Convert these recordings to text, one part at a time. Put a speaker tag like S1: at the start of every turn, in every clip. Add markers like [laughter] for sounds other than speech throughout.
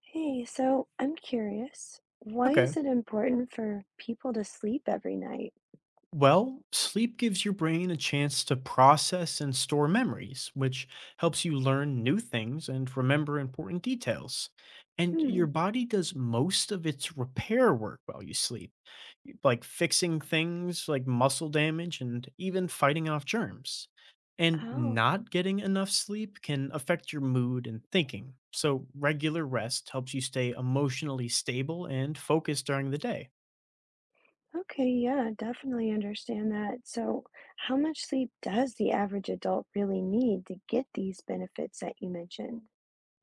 S1: Hey, so I'm curious, why
S2: Okay.
S1: is it important for people to sleep every night?
S2: Well, sleep gives your brain a chance to process and store memories, which helps you learn new things and remember important details. And
S1: Hmm.
S2: your body does most of its repair work while you sleep, like fixing things like muscle damage and even fighting off germs. And
S1: Oh,
S2: not getting enough sleep can affect your mood and thinking. So, regular rest helps you stay emotionally stable and focused during the day.
S1: okay. Yeah, definitely understand that. So, how much sleep does the average adult really need to get these benefits that you mentioned?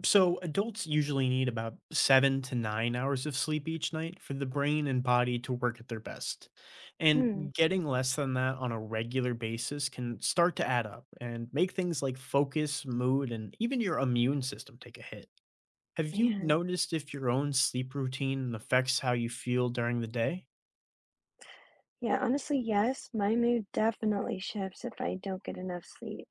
S2: So, adults usually need about 7 to 9 hours of sleep each night for the brain and body to work at their best.
S1: Hmm.
S2: And getting less than that on a regular basis can start to add up and make things like focus, mood, and even your immune system take a hit. Have you
S1: Man.
S2: noticed if your own sleep routine affects how you feel during the day?
S1: Yeah, honestly, yes, my mood definitely shifts if I don't get enough sleep.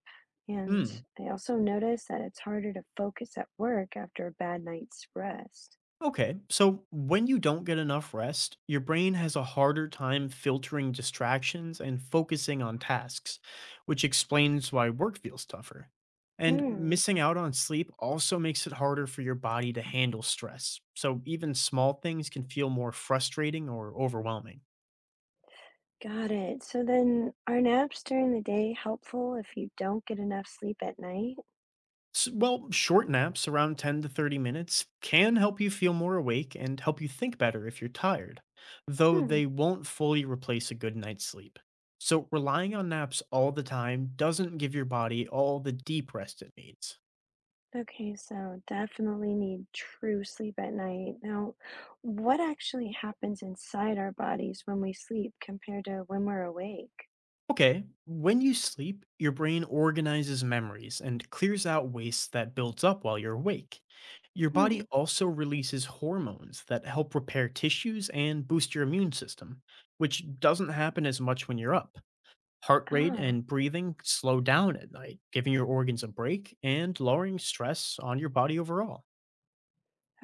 S1: And
S2: Hmm.
S1: I also notice that it's harder to focus at work after a bad night's rest.
S2: Okay, so when you don't get enough rest, your brain has a harder time filtering distractions and focusing on tasks, which explains why work feels tougher. And
S1: Hmm.
S2: missing out on sleep also makes it harder for your body to handle stress, so even small things can feel more frustrating or overwhelming.
S1: Got it. So then, are naps during the day helpful if you don't get enough sleep at night?
S2: Well, short naps around 10 to 30 minutes can help you feel more awake and help you think better if you're tired, though
S1: Hmm.
S2: they won't fully replace a good night's sleep. So, relying on naps all the time doesn't give your body all the deep rest it needs.
S1: Okay, so definitely need true sleep at night. Now, what actually happens inside our bodies when we sleep compared to when we're awake?
S2: Okay, when you sleep, your brain organizes memories and clears out waste that builds up while you're awake. Your body
S1: Hmm.
S2: also releases hormones that help repair tissues and boost your immune system, which doesn't happen as much when you're up. Heart rate
S1: Ah,
S2: and breathing slow down at night, giving your organs a break and lowering stress on your body overall.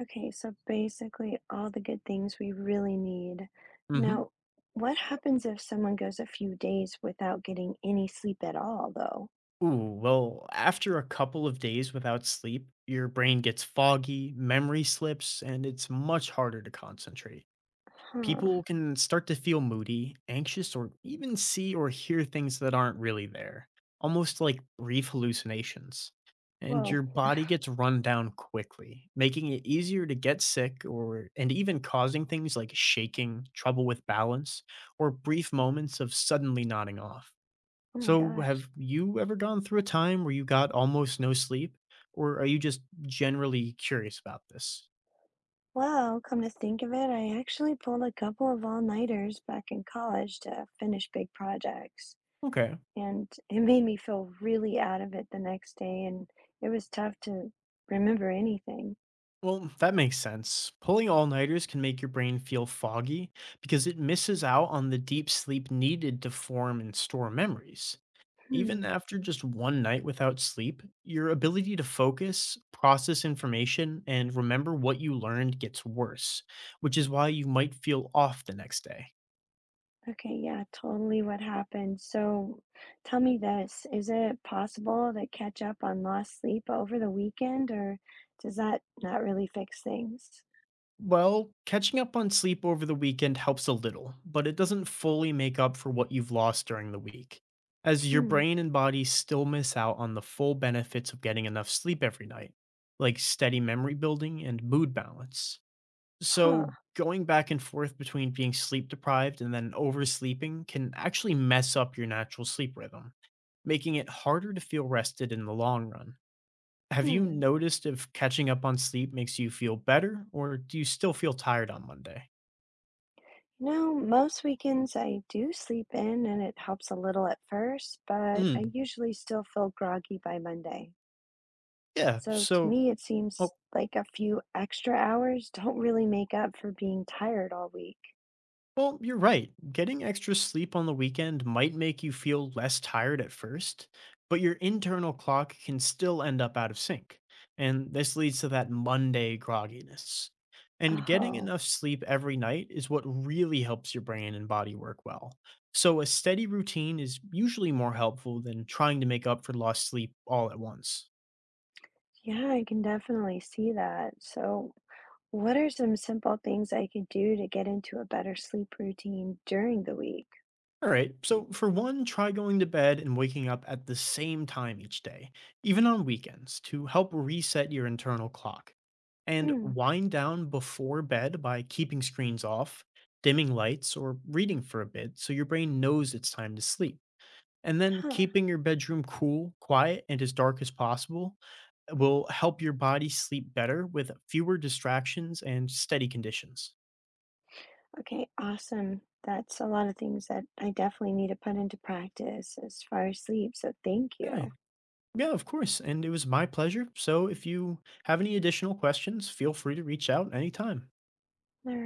S1: okay, so basically all the good things we really need.
S2: Hmm.
S1: Now, what happens if someone goes a few days without getting any sleep at all, though?
S2: Ooh, well, after a couple of days without sleep, your brain gets foggy, memory slips, and it's much harder to concentrate.
S1: Huh.
S2: People can start to feel moody, anxious, or even see or hear things that aren't really there, almost like brief hallucinations. And
S1: Whoa.
S2: your body gets run down quickly, making it easier to get sick or and even causing things like shaking, trouble with balance, or brief moments of suddenly nodding off.
S1: Oh my
S2: So,
S1: gosh.
S2: have you ever gone through a time where you got almost no sleep? Or are you just generally curious about this?
S1: Wow, come to think of it, I actually pulled a couple of all-nighters back in college to finish big projects,
S2: Okay.
S1: and it made me feel really out of it the next day, and it was tough to remember anything.
S2: Well, that makes sense. Pulling all nighters can make your brain feel foggy because it misses out on the deep sleep needed to form and store memories. Even
S1: Hmm.
S2: after just one night without sleep, your ability to focus, process information, and remember what you learned gets worse, which is why you might feel off the next day.
S1: Okay, yeah, totally what happened. So tell me this, is it possible to catch up on lost sleep over the weekend, or does that not really fix things?
S2: Well, catching up on sleep over the weekend helps a little, but it doesn't fully make up for what you've lost during the week, as your
S1: Hmm.
S2: brain and body still miss out on the full benefits of getting enough sleep every night, like steady memory building and mood balance.
S1: Huh.
S2: So, going back and forth between being sleep deprived and then oversleeping can actually mess up your natural sleep rhythm, making it harder to feel rested in the long run. Have you
S1: Hmm.
S2: noticed if catching up on sleep makes you feel better, or do you still feel tired on Monday?
S1: Most weekends I do sleep in and it helps a little at first, but I
S2: Mm,
S1: usually still feel groggy by Monday.
S2: yeah.
S1: So to me, it seems like a few extra hours [laughs] don't really make up for being tired all week.
S2: Well, you're right. Getting extra sleep on the weekend might make you feel less tired at first, but your internal clock can still end up out of sync. And this leads to that Monday grogginess. And getting
S1: Oh,
S2: enough sleep every night is what really helps your brain and body work well. So, a steady routine is usually more helpful than trying to make up for lost sleep all at once.
S1: yeah, I can definitely see that. So, what are some simple things I could do to get into a better sleep routine during the week?
S2: All right, so for one, try going to bed and waking up at the same time each day, even on weekends, to help reset your internal clock. And
S1: Hmm,
S2: wind down before bed by keeping screens off, dimming lights, or reading for a bit so your brain knows it's time to sleep. And then
S1: huh.
S2: keeping your bedroom cool, quiet, and as dark as possible will help your body sleep better with fewer distractions and steady conditions.
S1: Okay, awesome. That's a lot of things that I definitely need to put into practice as far as sleep, so thank
S2: Hmm.
S1: you.
S2: Yeah, of course. And it was my pleasure. So if you have any additional questions, feel free to reach out anytime.
S1: All